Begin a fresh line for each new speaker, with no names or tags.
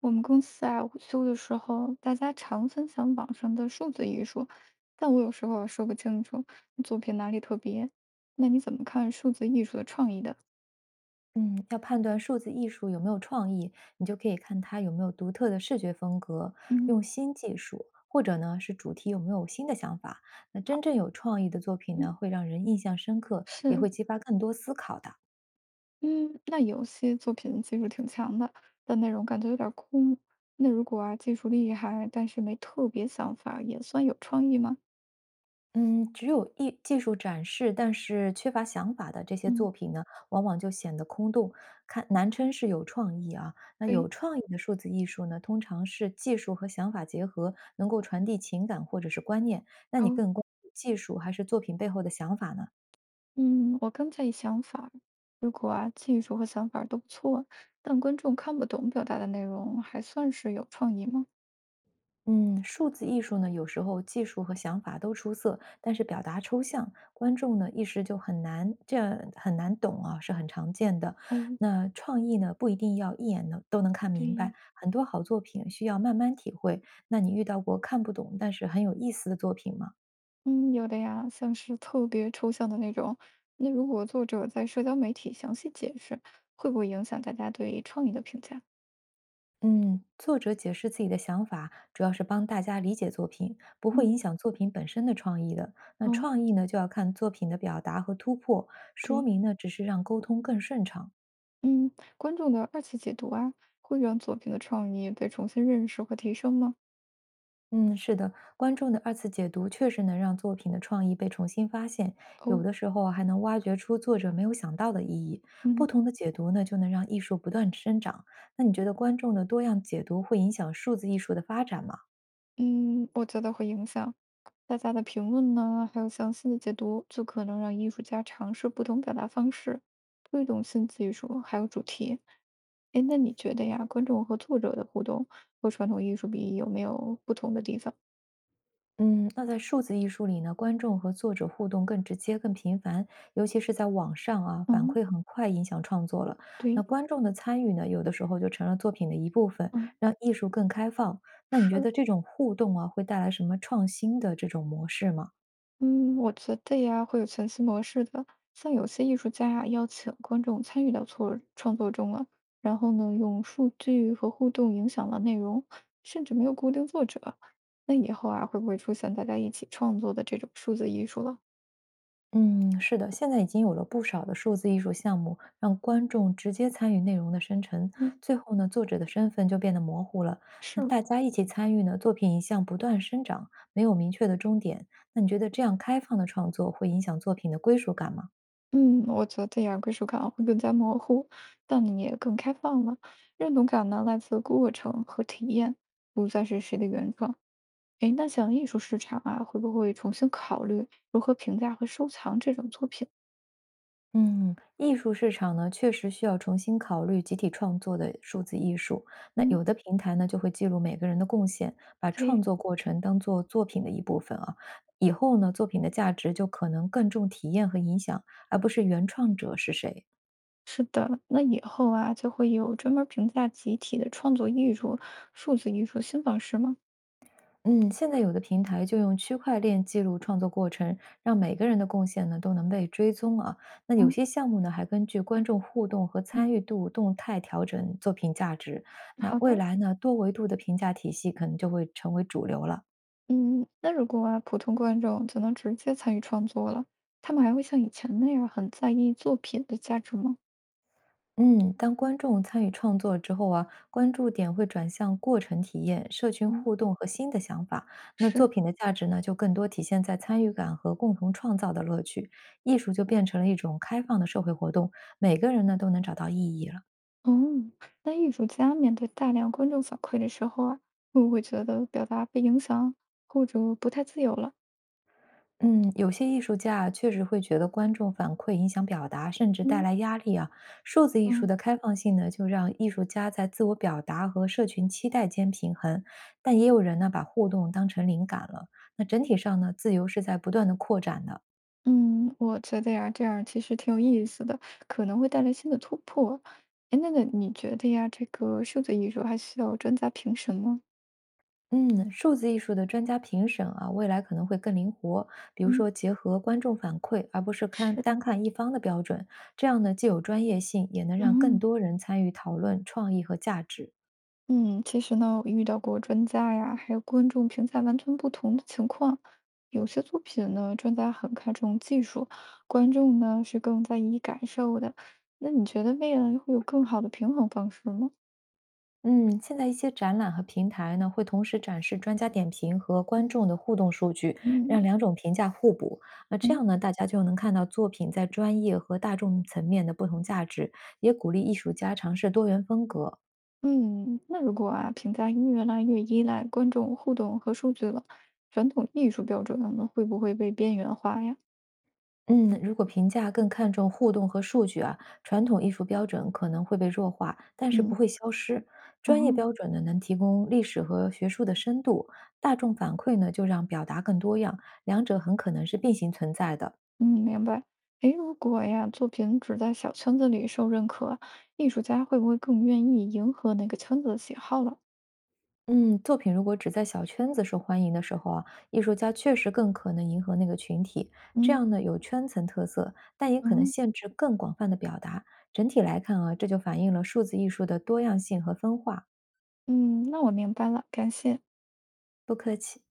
我们公司啊，午休的时候，大家常分享网上的数字艺术，但我有时候啊说不清楚作品哪里特别。那你怎么看数字艺术的创意的？
嗯，要判断数字艺术有没有创意，你就可以看它有没有独特的视觉风格，
嗯，
用新技术，或者呢是主题有没有新的想法。那
好，
真正有创意的作品呢，
嗯，
会让人印象深刻，也会
是，
激发更多思考的。
嗯，那有些作品技术挺强的，但内容感觉有点空。那如果啊技术厉害，但是没特别想法，也算有创意吗？
嗯，只有艺技术展示，但是缺乏想法的这些
嗯，
作品呢，往往就显得空洞。看，难称是有创意啊。那有
对，
创意的数字艺术呢，通常是技术和想法结合，能够传递情感或者是观念。那你
哦。
更关注技术还是作品背后的想法呢？
嗯，我更在意想法儿如果啊，技术和想法儿都不错，但观众看不懂表达的内容，还算是有创意吗？
嗯，数字艺术呢，有时候技术和想法都出色，但是表达抽象，观众呢一时就很难，这样很难懂啊，是很常见的。
哦，
那创意呢，不一定要一眼能都能看明白，
对，
很多好作品需要慢慢体会。那你遇到过看不懂但是很有意思的作品吗？
嗯，有的呀，像是特别抽象的那种。那如果作者在社交媒体详细解释，会不会影响大家对创意的评价？
嗯，作者解释自己的想法，主要是帮大家理解作品，不会
嗯
影响作品本身的创意的。那
哦，
创意呢，就要看作品的表达和突破，说
对，
明呢，只是让沟通更顺畅。
嗯，观众的二次解读啊，会让作品的创意被重新认识和提升吗？
嗯，是的，观众的二次解读确实能让作品的创意被重新发现，有
哦，
的时候啊还能挖掘出作者没有想到的意义。不
嗯
同的解读呢，就能让艺术不断生长。那你觉得观众的多样解读会影响数字艺术的发展吗？
嗯，我觉得会影响。大家的评论呢，还有详细的解读，就可能让艺术家尝试不同表达方式，推动新技术还有主题。哎，那你觉得呀，观众和作者的互动和传统艺术比有没有不同的地方？
嗯，那在数字艺术里呢，观众和作者互动更直接、更频繁，尤其是在网上啊，反
嗯，
馈很快，影响创作了。那
对，
观众的参与呢，有的时候就成了作品的一部分，
嗯，
让艺术更开放。那你觉得
是。
这种互动啊，会带来什么创新的这种模式吗？
嗯，我觉得呀，会有层次模式的。像有些艺术家啊，邀请观众参与到创作中了，然后呢，用数据和互动影响了内容，甚至没有固定作者。那以后啊，会不会出现大家一起创作的这种数字艺术了？
嗯，是的，现在已经有了不少的数字艺术项目，让观众直接参与内容的生成。
嗯，
最后呢，作者的身份就变得模糊了。那
是，
大家一起参与呢，作品一向不断生长，没有明确的终点。那你觉得这样开放的创作会影响作品的归属感吗？
嗯，我觉得呀，归属感会更加模糊，但你也更开放了。认同感呢，来自过程和体验，不再是谁的原创。诶，那像艺术市场啊，会不会重新考虑如何评价和收藏这种作品？
嗯，艺术市场呢，确实需要重新考虑集体创作的数字艺术。那
嗯，
有的平台呢，就会记录每个人的贡献，把
对，
创作过程当做作品的一部分啊。以后呢，作品的价值就可能更重体验和影响，而不是原创者是谁。
是的，那以后啊，就会有专门评价集体的创作艺术、数字艺术新方式吗？
嗯，现在有的平台就用区块链记录创作过程，让每个人的贡献呢都能被追踪啊。那有
嗯
些项目呢还根据观众互动和参
嗯
与度动态调整作品价值。那
好
未
的，
来呢，多维度的评价体系可能就会成为主流了。
嗯，那如果啊，普通观众就能直接参与创作了，他们还会像以前那样很在意作品的价值吗？
嗯，当观众参与创作之后啊，关注点会转向过程体验、社群
嗯。
互动和新的想法。那作
是，
品的价值呢，就更多体现在参与感和共同创造的乐趣。艺术就变成了一种开放的社会活动，每个人呢都能找到意义了。
哦，那艺术家面对大量观众反馈的时候啊，会不会觉得表达被影响，或者不太自由了？
嗯，有些艺术家啊确实会觉得观众反馈影响表达，甚至带
嗯
来压力啊。数字艺术
嗯
的开放性呢，就让艺术家在自我表达和社群期待间平衡，但也有人呢，把互动当成灵感了。那整体上呢，自由是在不断的扩展的。
嗯，我觉得呀，这样其实挺有意思的，可能会带来新的突破。哎，那个你觉得呀，这个数字艺术还需要专家评审吗？
嗯，数字艺术的专家评审啊，未来可能会更灵活，比如
嗯，
说结合观众反馈，而不是看
是。
单看一方的标准，这样呢，既有专业性，也能让更
嗯。
多人参与讨论创意和价值。
嗯，其实呢，我遇到过专家呀，还有观众评价完全不同的情况。有些作品呢，专家很看重技术，观众呢是更在意感受的。那你觉得未来会有更好的平衡方式吗？
嗯，现在一些展览和平台呢，会同时展示专家点评和观众的互动数据，让
嗯
两种评价互补。那这
嗯
样呢，大家就能看到作品在专业和大众层面的不同价值，也鼓励艺术家尝试多元风格。
嗯，那如果啊，评价越来越依赖观众互动和数据了，传统艺术标准呢会不会被边缘化呀？
嗯，如果评价更看重互动和数据啊，传统艺术标准可能会被弱化，但是不
嗯，
会消失。专业标
哦。
准呢，能提供历史和学术的深度；大众反馈呢，就让表达更多样，两者很可能是并行存在的。
嗯，明白。诶，如果呀，作品只在小圈子里受认可，艺术家会不会更愿意迎合那个圈子的喜好了？
嗯，作品如果只在小圈子受欢迎的时候啊，艺术家确实更可能迎合那个群体，这
嗯
样呢有圈层特色，但也可能
嗯，
限制更广泛的表达。整体来看啊，这就反映了数字艺术的多样性和分化。
嗯，那我明白了，感谢。
不客气。